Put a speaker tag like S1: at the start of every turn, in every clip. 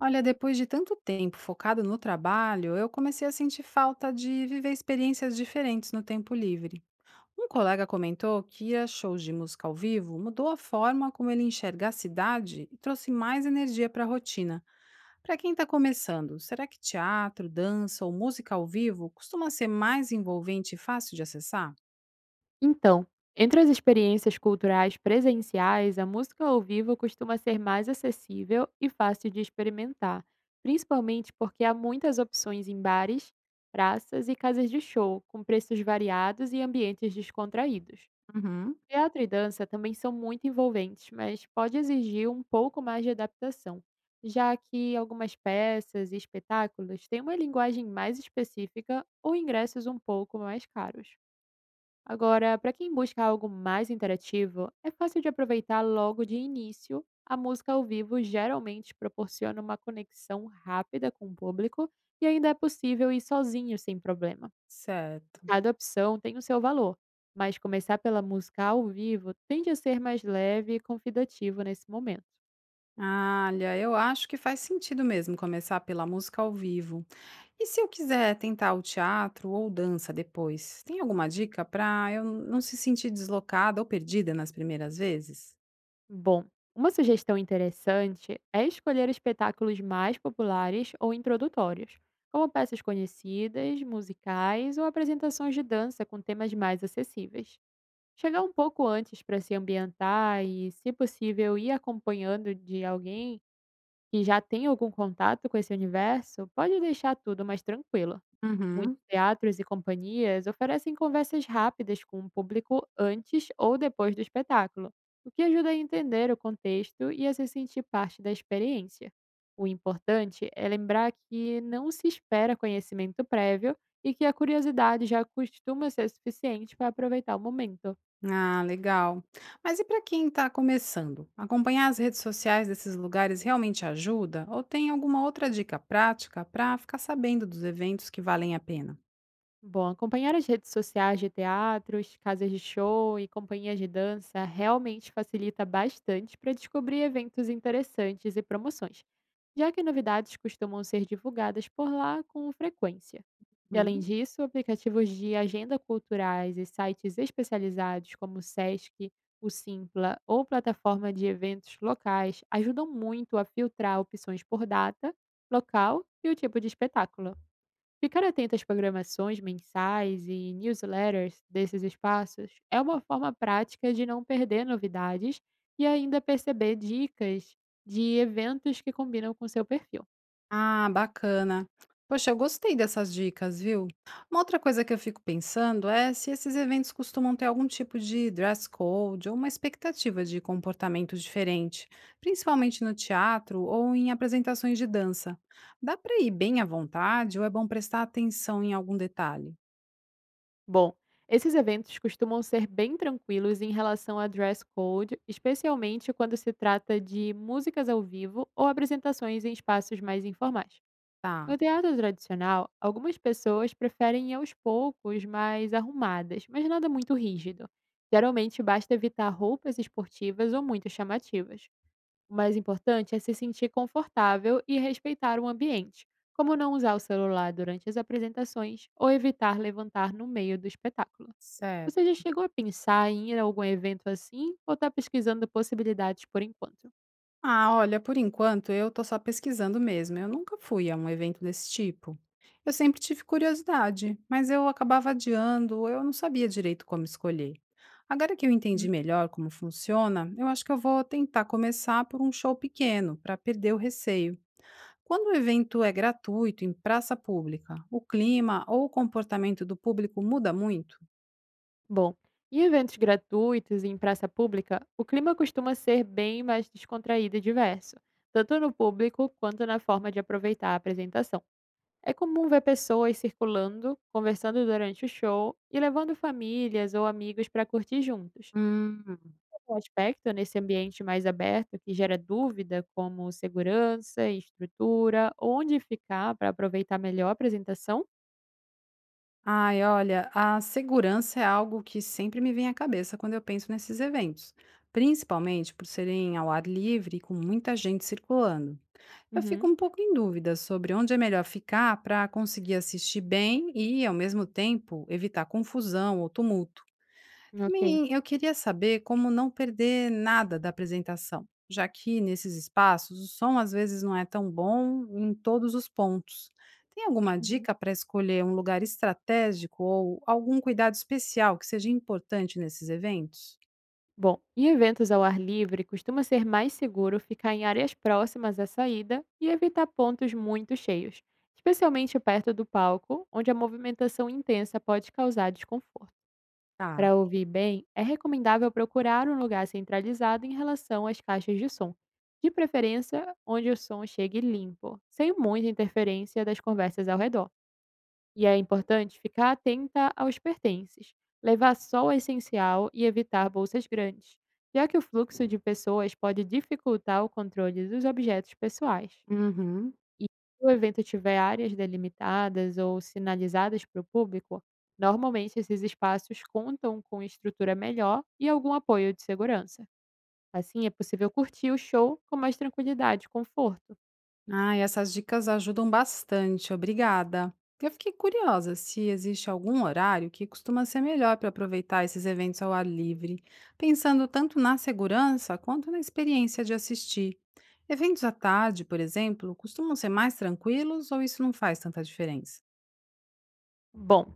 S1: Olha, depois de tanto tempo focado no trabalho, eu comecei a sentir falta de viver experiências diferentes no tempo livre. Um colega comentou que ir a shows de música ao vivo mudou a forma como ele enxerga a cidade e trouxe mais energia para a rotina. Para quem está começando, será que teatro, dança ou música ao vivo costuma ser mais envolvente e fácil de acessar?
S2: Então, entre as experiências culturais presenciais, a música ao vivo costuma ser mais acessível e fácil de experimentar, principalmente porque há muitas opções em bares, praças e casas de show, com preços variados e ambientes descontraídos.
S1: Uhum.
S2: Teatro e dança também são muito envolventes, mas pode exigir um pouco mais de adaptação, já que algumas peças e espetáculos têm uma linguagem mais específica ou ingressos um pouco mais caros. Agora, para quem busca algo mais interativo, é fácil de aproveitar logo de início. A música ao vivo geralmente proporciona uma conexão rápida com o público e ainda é possível ir sozinho sem problema.
S1: Certo.
S2: Cada opção tem o seu valor, mas começar pela música ao vivo tende a ser mais leve e convidativo nesse momento.
S1: Ah, olha, eu acho que faz sentido mesmo começar pela música ao vivo. E se eu quiser tentar o teatro ou dança depois, tem alguma dica para eu não se sentir deslocada ou perdida nas primeiras vezes?
S2: Bom, uma sugestão interessante é escolher espetáculos mais populares ou introdutórios, como peças conhecidas, musicais ou apresentações de dança com temas mais acessíveis. Chegar um pouco antes para se ambientar e, se possível, ir acompanhando de alguém que já tem algum contato com esse universo pode deixar tudo mais tranquilo. Muitos
S1: Uhum.
S2: teatros e companhias oferecem conversas rápidas com o público antes ou depois do espetáculo, o que ajuda a entender o contexto e a se sentir parte da experiência. O importante é lembrar que não se espera conhecimento prévio e que a curiosidade já costuma ser suficiente para aproveitar o momento.
S1: Ah, legal. Mas e para quem está começando? Acompanhar as redes sociais desses lugares realmente ajuda? Ou tem alguma outra dica prática para ficar sabendo dos eventos que valem a pena?
S2: Bom, acompanhar as redes sociais de teatros, casas de show e companhias de dança realmente facilita bastante para descobrir eventos interessantes e promoções, já que novidades costumam ser divulgadas por lá com frequência. E além disso, aplicativos de agenda culturais e sites especializados como o Sesc, o Simpla ou plataforma de eventos locais ajudam muito a filtrar opções por data, local e o tipo de espetáculo. Ficar atento às programações mensais e newsletters desses espaços é uma forma prática de não perder novidades e ainda perceber dicas de eventos que combinam com seu perfil.
S1: Ah, bacana. Poxa, eu gostei dessas dicas, viu? Uma outra coisa que eu fico pensando é se esses eventos costumam ter algum tipo de dress code ou uma expectativa de comportamento diferente, principalmente no teatro ou em apresentações de dança. Dá para ir bem à vontade ou é bom prestar atenção em algum detalhe?
S2: Bom, esses eventos costumam ser bem tranquilos em relação a dress code, especialmente quando se trata de músicas ao vivo ou apresentações em espaços mais informais. No
S1: Tá,
S2: teatro tradicional, algumas pessoas preferem ir aos poucos, mais arrumadas, mas nada muito rígido. Geralmente basta evitar roupas esportivas ou muito chamativas. O mais importante é se sentir confortável e respeitar o ambiente, como não usar o celular durante as apresentações ou evitar levantar no meio do espetáculo. Você
S1: certo.
S2: já chegou a pensar em ir a algum evento assim ou está pesquisando possibilidades por enquanto?
S1: Ah, olha, por enquanto eu tô só pesquisando mesmo. Eu nunca fui a um evento desse tipo. Eu sempre tive curiosidade, mas eu acabava adiando, eu não sabia direito como escolher. Agora que eu entendi melhor como funciona, eu acho que eu vou tentar começar por um show pequeno, para perder o receio. Quando o evento é gratuito, em praça pública, o clima ou o comportamento do público muda muito?
S2: Bom, em eventos gratuitos e em praça pública, o clima costuma ser bem mais descontraído e diverso, tanto no público quanto na forma de aproveitar a apresentação. É comum ver pessoas circulando, conversando durante o show e levando famílias ou amigos para curtir juntos.
S1: Hum.
S2: Um aspecto nesse ambiente mais aberto que gera dúvida, como segurança, estrutura, onde ficar para aproveitar melhor a apresentação?
S1: Ai, olha, a segurança é algo que sempre me vem à cabeça quando eu penso nesses eventos, principalmente por serem ao ar livre e com muita gente circulando. Eu fico
S2: Uhum,
S1: um pouco em dúvida sobre onde é melhor ficar para conseguir assistir bem e, ao mesmo tempo, evitar confusão ou tumulto.
S2: ok.
S1: Também eu queria saber como não perder nada da apresentação, já que nesses espaços o som às vezes não é tão bom em todos os pontos. Tem alguma
S2: Uhum.
S1: dica para escolher um lugar estratégico ou algum cuidado especial que seja importante nesses eventos?
S2: Bom, em eventos ao ar livre, costuma ser mais seguro ficar em áreas próximas à saída e evitar pontos muito cheios, especialmente perto do palco, onde a movimentação intensa pode causar desconforto.
S1: Tá.
S2: Para ouvir bem, é recomendável procurar um lugar centralizado em relação às caixas de som, de preferência onde o som chegue limpo, sem muita interferência das conversas ao redor. E é importante ficar atenta aos pertences, levar só o essencial e evitar bolsas grandes, já que o fluxo de pessoas pode dificultar o controle dos objetos pessoais.
S1: Uhum.
S2: E se o evento tiver áreas delimitadas ou sinalizadas para o público, normalmente esses espaços contam com estrutura melhor e algum apoio de segurança. Assim, é possível curtir o show com mais tranquilidade e conforto.
S1: Ai, essas dicas ajudam bastante, obrigada. Eu fiquei curiosa se existe algum horário que costuma ser melhor para aproveitar esses eventos ao ar livre, pensando tanto na segurança quanto na experiência de assistir. Eventos à tarde, por exemplo, costumam ser mais tranquilos ou isso não faz tanta diferença?
S2: Bom,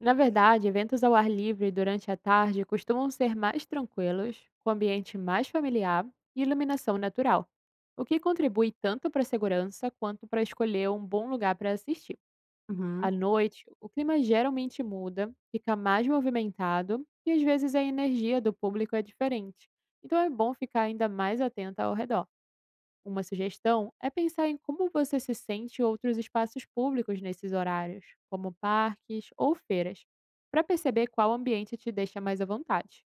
S2: na verdade, eventos ao ar livre durante a tarde costumam ser mais tranquilos, com ambiente mais familiar e iluminação natural, o que contribui tanto para a segurança quanto para escolher um bom lugar para assistir. À
S1: Uhum,
S2: noite, o clima geralmente muda, fica mais movimentado e às vezes a energia do público é diferente, então é bom ficar ainda mais atenta ao redor. Uma sugestão é pensar em como você se sente em outros espaços públicos nesses horários, como parques ou feiras, para perceber qual ambiente te deixa mais à vontade.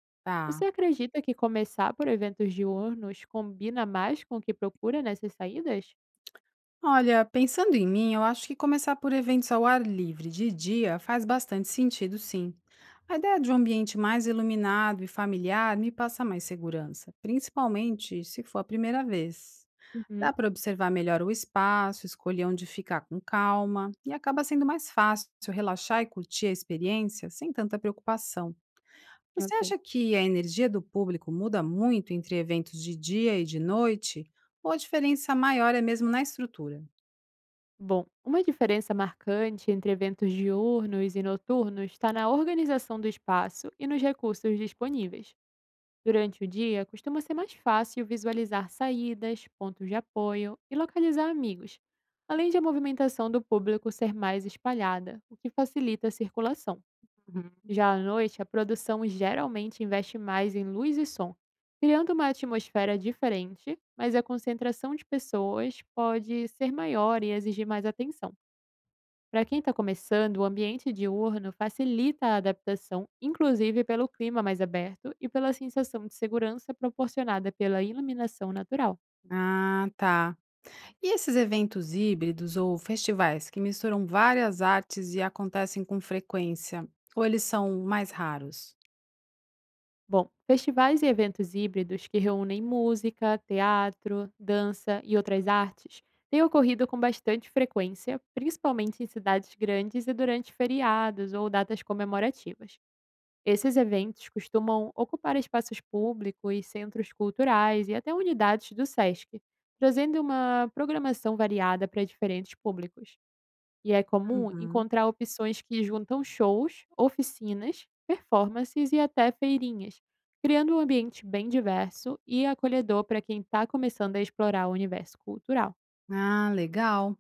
S2: Você
S1: tá.
S2: acredita que começar por eventos diurnos combina mais com o que procura nessas saídas?
S1: Olha, pensando em mim, eu acho que começar por eventos ao ar livre de dia faz bastante sentido, sim. A ideia de um ambiente mais iluminado e familiar me passa mais segurança, principalmente se for a primeira vez. Dá
S2: Uhum,
S1: para observar melhor o espaço, escolher onde ficar com calma e acaba sendo mais fácil relaxar e curtir a experiência sem tanta preocupação. Você
S2: ok.
S1: acha que a energia do público muda muito entre eventos de dia e de noite? Ou a diferença maior é mesmo na estrutura?
S2: Bom, uma diferença marcante entre eventos diurnos e noturnos está na organização do espaço e nos recursos disponíveis. Durante o dia, costuma ser mais fácil visualizar saídas, pontos de apoio e localizar amigos, além de a movimentação do público ser mais espalhada, o que facilita a circulação. Já à noite, a produção geralmente investe mais em luz e som, criando uma atmosfera diferente, mas a concentração de pessoas pode ser maior e exigir mais atenção. Para quem está começando, o ambiente diurno facilita a adaptação, inclusive pelo clima mais aberto e pela sensação de segurança proporcionada pela iluminação natural.
S1: Ah, tá. E esses eventos híbridos ou festivais que misturam várias artes e acontecem com frequência? Ou eles são mais raros?
S2: Bom, festivais e eventos híbridos que reúnem música, teatro, dança e outras artes têm ocorrido com bastante frequência, principalmente em cidades grandes e durante feriados ou datas comemorativas. Esses eventos costumam ocupar espaços públicos, centros culturais e até unidades do SESC, trazendo uma programação variada para diferentes públicos. E é comum
S1: Uhum.
S2: encontrar opções que juntam shows, oficinas, performances e até feirinhas, criando um ambiente bem diverso e acolhedor para quem está começando a explorar o universo cultural.
S1: Ah, legal.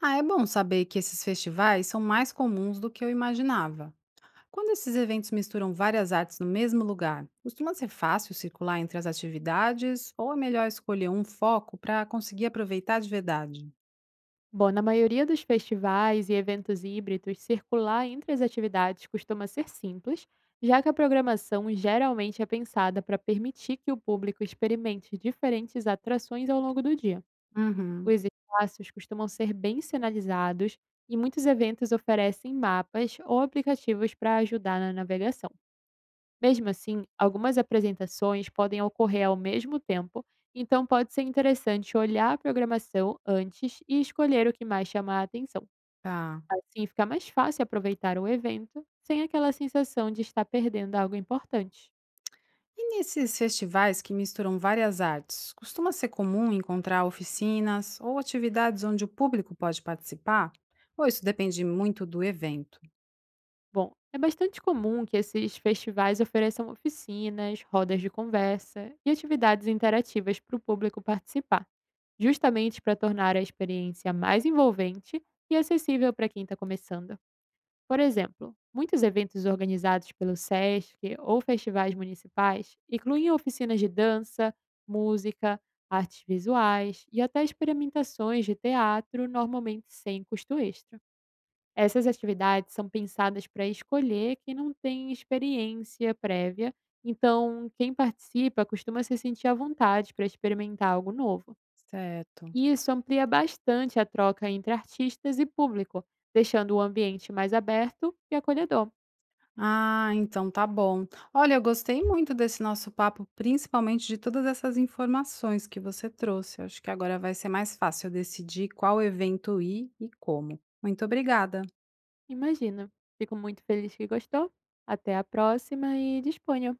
S1: Ah, é bom saber que esses festivais são mais comuns do que eu imaginava. Quando esses eventos misturam várias artes no mesmo lugar, costuma ser fácil circular entre as atividades ou é melhor escolher um foco para conseguir aproveitar de verdade?
S2: Bom, na maioria dos festivais e eventos híbridos, circular entre as atividades costuma ser simples, já que a programação geralmente é pensada para permitir que o público experimente diferentes atrações ao longo do dia.
S1: Uhum.
S2: Os espaços costumam ser bem sinalizados e muitos eventos oferecem mapas ou aplicativos para ajudar na navegação. Mesmo assim, algumas apresentações podem ocorrer ao mesmo tempo, então pode ser interessante olhar a programação antes e escolher o que mais chama a atenção.
S1: Tá.
S2: Assim fica mais fácil aproveitar o evento, sem aquela sensação de estar perdendo algo importante.
S1: E nesses festivais que misturam várias artes, costuma ser comum encontrar oficinas ou atividades onde o público pode participar? Ou isso depende muito do evento?
S2: Bom, é bastante comum que esses festivais ofereçam oficinas, rodas de conversa e atividades interativas para o público participar, justamente para tornar a experiência mais envolvente e acessível para quem está começando. Por exemplo, muitos eventos organizados pelo SESC ou festivais municipais incluem oficinas de dança, música, artes visuais e até experimentações de teatro, normalmente sem custo extra. Essas atividades são pensadas para escolher quem não tem experiência prévia, então quem participa costuma se sentir à vontade para experimentar algo novo.
S1: Certo.
S2: E isso amplia bastante a troca entre artistas e público, deixando o ambiente mais aberto e acolhedor.
S1: Ah, então tá bom. Olha, eu gostei muito desse nosso papo, principalmente de todas essas informações que você trouxe. Eu acho que agora vai ser mais fácil eu decidir qual evento ir e como. Muito obrigada.
S2: Imagina. Fico muito feliz que gostou. Até a próxima e disponha.